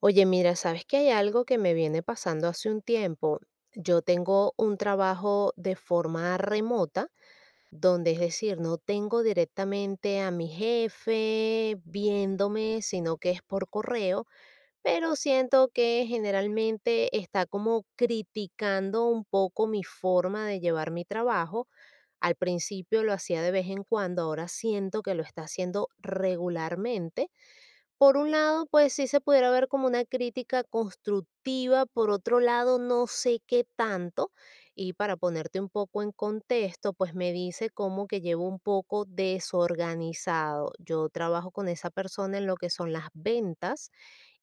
Oye, mira, sabes que hay algo que me viene pasando hace un tiempo. Yo tengo un trabajo de forma remota, donde es decir, no tengo directamente a mi jefe viéndome, sino que es por correo, pero siento que generalmente está como criticando un poco mi forma de llevar mi trabajo. Al principio lo hacía de vez en cuando, ahora siento que lo está haciendo regularmente. Por un lado, pues sí se pudiera ver como una crítica constructiva, por otro lado, no sé qué tanto. Y para ponerte un poco en contexto, pues me dice como que llevo un poco desorganizado. Yo trabajo con esa persona en lo que son las ventas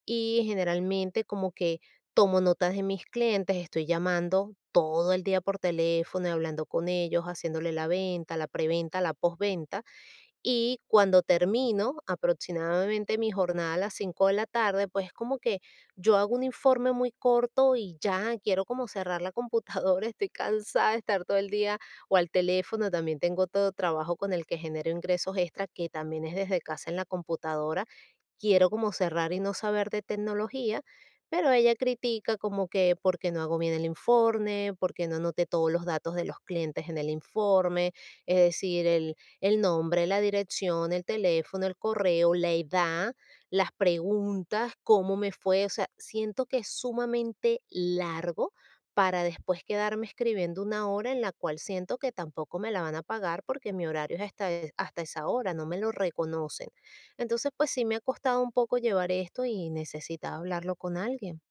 y generalmente como que tomo notas de mis clientes, estoy llamando todo el día por teléfono y hablando con ellos, haciéndole la venta, la preventa, la postventa, y cuando termino aproximadamente mi jornada a las 5 de la tarde, pues es como que yo hago un informe muy corto y ya quiero como cerrar la computadora, estoy cansada de estar todo el día o al teléfono. También tengo todo trabajo con el que genero ingresos extra, que también es desde casa en la computadora. Quiero como cerrar y no saber de tecnología, pero ella critica como que porque no hago bien el informe, porque no anoté todos los datos de los clientes en el informe, es decir, el nombre, la dirección, el teléfono, el correo, la edad, las preguntas, cómo me fue, o sea, siento que es sumamente largo para después quedarme escribiendo una hora en la cual siento que tampoco me la van a pagar porque mi horario es hasta esa hora, no me lo reconocen. Entonces, pues sí me ha costado un poco llevar esto y necesitaba hablarlo con alguien.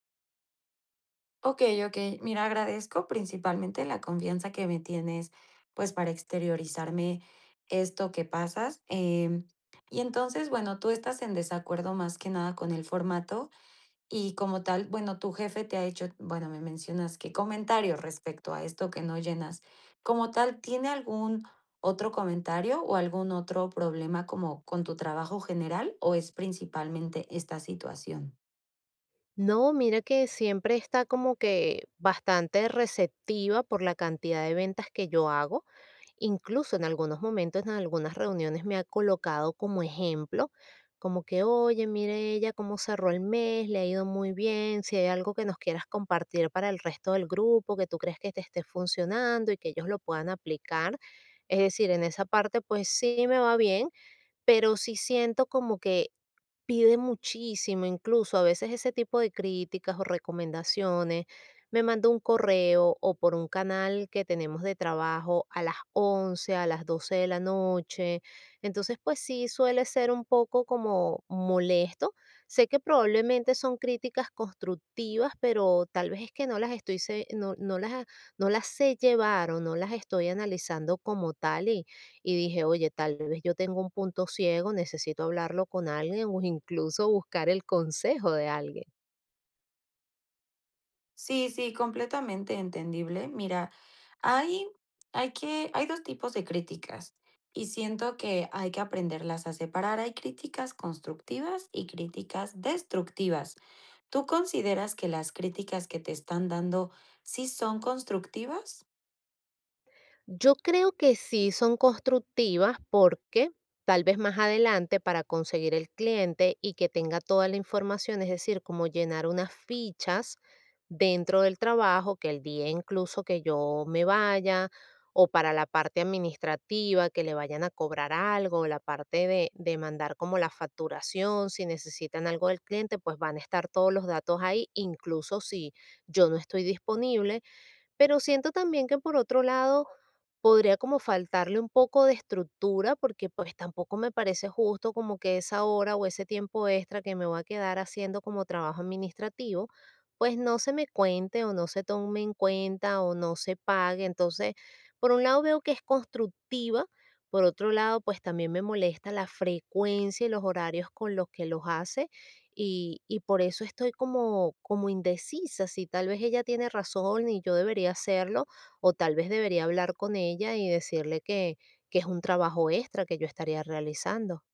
Okey, okey. Mira, agradezco principalmente la confianza que me tienes, pues, para exteriorizarme esto que pasas, y entonces, bueno, tú estás en desacuerdo más que nada con el formato y como tal, bueno, tu jefe te ha hecho, bueno, me mencionas que comentarios respecto a esto que no llenas. Como tal, ¿tiene algún otro comentario o algún otro problema como con tu trabajo general, o es principalmente esta situación? No, mira que siempre está como que bastante receptiva por la cantidad de ventas que yo hago. Incluso en algunos momentos, en algunas reuniones me ha colocado como ejemplo, como que, oye, mire ella cómo cerró el mes, le ha ido muy bien, si hay algo que nos quieras compartir para el resto del grupo, que tú crees que te esté funcionando y que ellos lo puedan aplicar. Es decir, en esa parte, pues sí me va bien. Pero sí siento como que pide muchísimo, incluso a veces ese tipo de críticas o recomendaciones, me manda un correo o por un canal que tenemos de trabajo a las 11 a las 12 de la noche. Entonces, pues sí, suele ser un poco como molesto. Sé que probablemente son críticas constructivas, pero tal vez es que no las estoy, no las sé llevar o no las estoy analizando como tal y dije, oye, tal vez yo tengo un punto ciego, necesito hablarlo con alguien o incluso buscar el consejo de alguien. Sí, sí, completamente entendible. Mira, hay, hay dos tipos de críticas y siento que hay que aprenderlas a separar. Hay críticas constructivas y críticas destructivas. ¿Tú consideras que las críticas que te están dando sí son constructivas? Yo creo que sí son constructivas porque tal vez más adelante para conseguir el cliente y que tenga toda la información, es decir, como llenar unas fichas dentro del trabajo, que el día incluso que yo me vaya o para la parte administrativa, que le vayan a cobrar algo, la parte de mandar como la facturación, si necesitan algo del cliente, pues van a estar todos los datos ahí, incluso si yo no estoy disponible. Pero siento también que por otro lado podría como faltarle un poco de estructura porque pues tampoco me parece justo como que esa hora o ese tiempo extra que me voy a quedar haciendo como trabajo administrativo, pues no se me cuente o no se tome en cuenta o no se pague. Entonces, por un lado veo que es constructiva, por otro lado pues también me molesta la frecuencia y los horarios con los que los hace y por eso estoy como, como indecisa si tal vez ella tiene razón y yo debería hacerlo, o tal vez debería hablar con ella y decirle que es un trabajo extra que yo estaría realizando.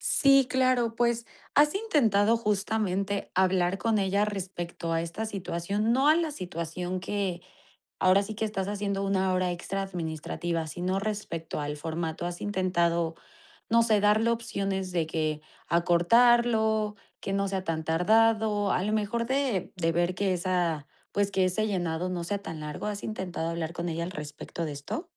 Sí, claro, pues has intentado justamente hablar con ella respecto a esta situación, no a la situación que, ahora sí que estás haciendo una hora extra administrativa, sino respecto al formato, ¿has intentado, no sé, darle opciones de que acortarlo, que no sea tan tardado, a lo mejor de ver que esa pues, que ese llenado no sea tan largo? ¿Has intentado hablar con ella al respecto de esto?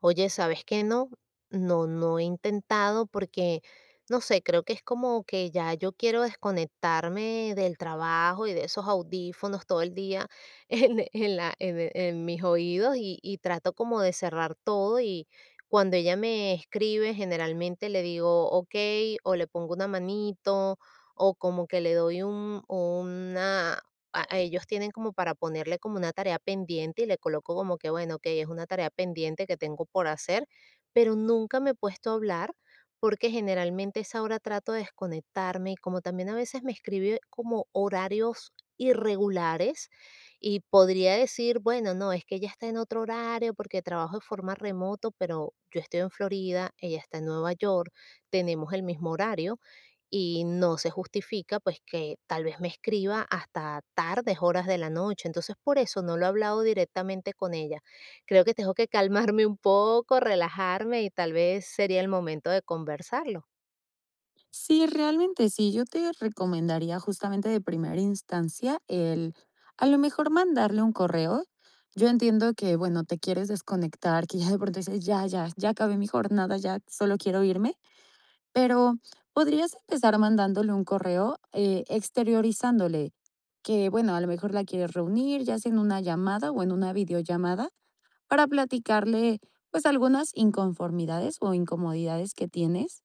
Oye, ¿sabes qué? No, no he intentado porque, no sé, creo que es como que ya yo quiero desconectarme del trabajo y de esos audífonos todo el día en la, en, e, en mis oídos y trato como de cerrar todo y cuando ella me escribe, generalmente le digo ok o le pongo una manito o como que le doy un, a ellos tienen como para ponerle como una tarea pendiente y le coloco como que, bueno, ok, es una tarea pendiente que tengo por hacer, pero nunca me he puesto a hablar porque generalmente a esa hora trato de desconectarme y como también a veces me escribe como horarios irregulares y podría decir, bueno, no, es que ella está en otro horario porque trabajo de forma remoto, pero yo estoy en Florida, ella está en Nueva York, tenemos el mismo horario y no se justifica, pues, que tal vez me escriba hasta tardes horas de la noche. Entonces, por eso no lo he hablado directamente con ella. Creo que tengo que calmarme un poco, relajarme y tal vez sería el momento de conversarlo. Sí, realmente sí. Yo te recomendaría justamente de primera instancia el, a lo mejor mandarle un correo. Yo entiendo que, bueno, te quieres desconectar, que ya de pronto dices, ya acabé mi jornada, ya solo quiero irme, pero podrías empezar mandándole un correo exteriorizándole que, bueno, a lo mejor la quieres reunir, ya sea en una llamada o en una videollamada, para platicarle pues algunas inconformidades o incomodidades que tienes.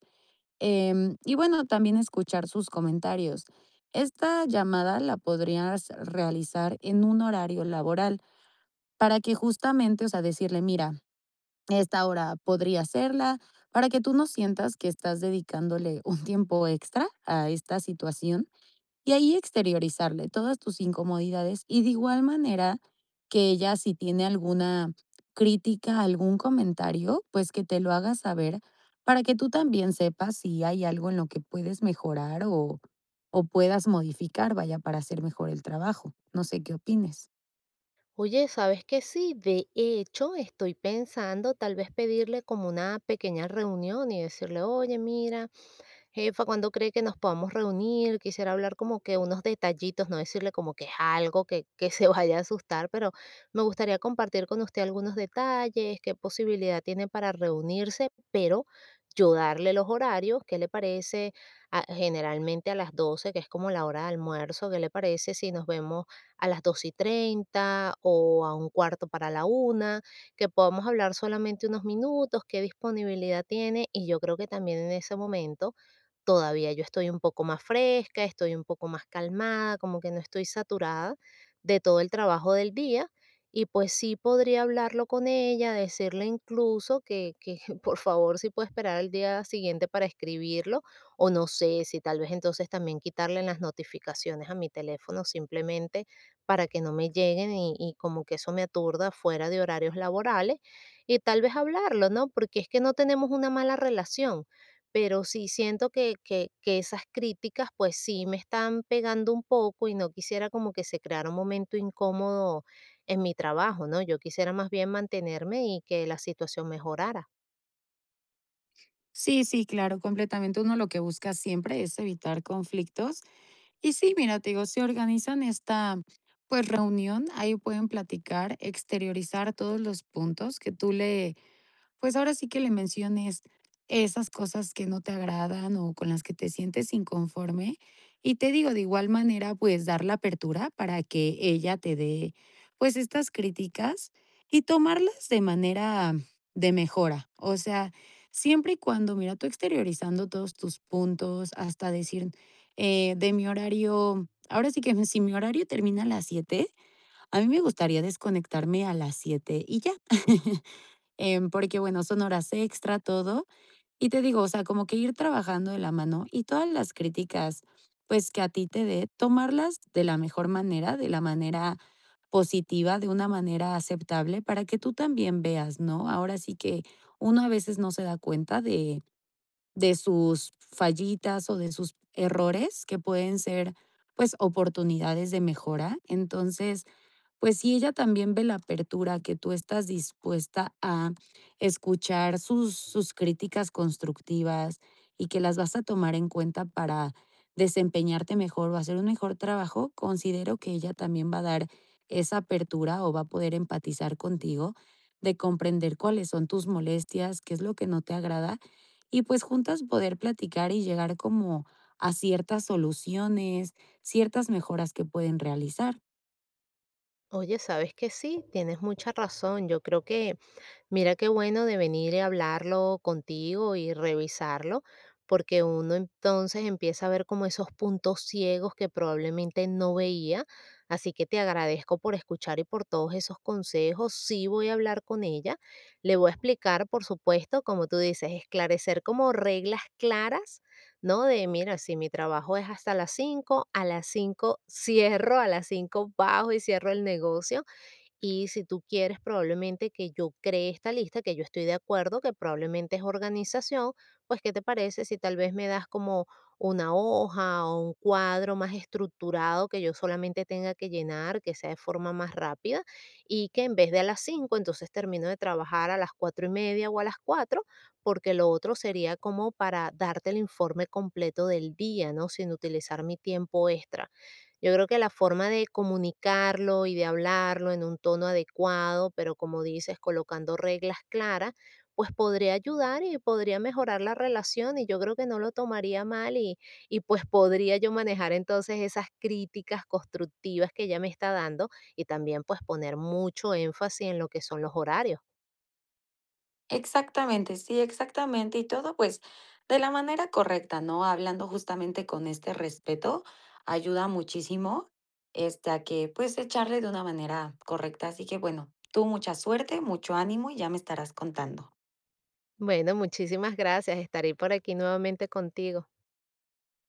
Y bueno, también escuchar sus comentarios. Esta llamada la podrías realizar en un horario laboral para que justamente, o sea, decirle, mira, esta hora podría hacerla, para que tú no sientas que estás dedicándole un tiempo extra a esta situación y ahí exteriorizarle todas tus incomodidades y de igual manera que ella si tiene alguna crítica, algún comentario, pues que te lo haga saber para que tú también sepas si hay algo en lo que puedes mejorar o puedas modificar, vaya, para hacer mejor el trabajo. No sé qué opines. Oye, ¿sabes qué? Sí, de hecho, estoy pensando tal vez pedirle como una pequeña reunión y decirle, oye, mira, jefa, ¿cuándo cree que nos podamos reunir? Quisiera hablar como que unos detallitos, no decirle como que es algo que se vaya a asustar, pero me gustaría compartir con usted algunos detalles, qué posibilidad tiene para reunirse, pero yo darle los horarios, ¿qué le parece? A- generalmente a las 12, que es como la hora de almuerzo, ¿qué le parece si nos vemos a las 2:30 o a un cuarto para la 1? Que podamos hablar solamente unos minutos, qué disponibilidad tiene y yo creo que también en ese momento todavía yo estoy un poco más fresca, estoy un poco más calmada, como que no estoy saturada de todo el trabajo del día. Y pues sí podría hablarlo con ella, decirle incluso que por favor si puede esperar al día siguiente para escribirlo, o no sé si tal vez entonces también quitarle las notificaciones a mi teléfono simplemente para que no me lleguen y como que eso me aturda fuera de horarios laborales, y tal vez hablarlo, ¿no? Porque es que no tenemos una mala relación, pero sí siento que esas críticas, pues sí me están pegando un poco y no quisiera como que se creara un momento incómodo en mi trabajo, ¿no? Yo quisiera más bien mantenerme y que la situación mejorara. Sí, sí, claro, completamente. Uno lo que busca siempre es evitar conflictos. Y sí, mira, te digo, se organizan esta pues reunión, ahí pueden platicar, exteriorizar todos los puntos que tú le, pues ahora sí que le menciones esas cosas que no te agradan o con las que te sientes inconforme. Y te digo, de igual manera, pues dar la apertura para que ella te dé, pues estas críticas y tomarlas de manera de mejora. O sea, siempre y cuando, mira, tú exteriorizando todos tus puntos, hasta decir, de mi horario, ahora sí que si mi horario termina a las 7 a mí me gustaría desconectarme a las 7 y ya. Porque bueno, son horas extra, todo. Y te digo, o sea, como que ir trabajando de la mano y todas las críticas, pues que a ti te dé, tomarlas de la mejor manera, de la manera positiva, de una manera aceptable, para que tú también veas, ¿no? Ahora sí que uno a veces no se da cuenta de sus fallitas o de sus errores que pueden ser pues oportunidades de mejora. Entonces, pues si ella también ve la apertura que tú estás dispuesta a escuchar sus críticas constructivas y que las vas a tomar en cuenta para desempeñarte mejor o hacer un mejor trabajo, considero que ella también va a dar esa apertura o va a poder empatizar contigo de comprender cuáles son tus molestias, qué es lo que no te agrada y pues juntas poder platicar y llegar como a ciertas soluciones, ciertas mejoras que pueden realizar. Oye, ¿sabes que sí, tienes mucha razón? Yo creo que, mira qué bueno de venir y hablarlo contigo y revisarlo, porque uno entonces empieza a ver como esos puntos ciegos que probablemente no veía. Así que te agradezco por escuchar y por todos esos consejos. Sí voy a hablar con ella. Le voy a explicar, por supuesto, como tú dices, esclarecer como reglas claras, ¿no? De, mira, si mi trabajo es hasta las 5, a las 5 cierro, a las 5 bajo y cierro el negocio, y si tú quieres probablemente que yo cree esta lista, que yo estoy de acuerdo, que probablemente es organización, pues ¿qué te parece si tal vez me das como una hoja o un cuadro más estructurado que yo solamente tenga que llenar, que sea de forma más rápida y que en vez de a las 5 entonces termino de trabajar a las 4:30 o a las 4, porque lo otro sería como para darte el informe completo del día, ¿no? Sin utilizar mi tiempo extra. Yo creo que la forma de comunicarlo y de hablarlo en un tono adecuado, pero como dices, colocando reglas claras, pues podría ayudar y podría mejorar la relación y yo creo que no lo tomaría mal y pues podría yo manejar entonces esas críticas constructivas que ella me está dando y también pues poner mucho énfasis en lo que son los horarios. Exactamente, sí, exactamente. Y todo, pues, de la manera correcta, ¿no? Hablando justamente con este respeto, ayuda muchísimo, este, a que, pues, echarle de una manera correcta. Así que, bueno, tú mucha suerte, mucho ánimo y ya me estarás contando. Bueno, muchísimas gracias. Estaré por aquí nuevamente contigo.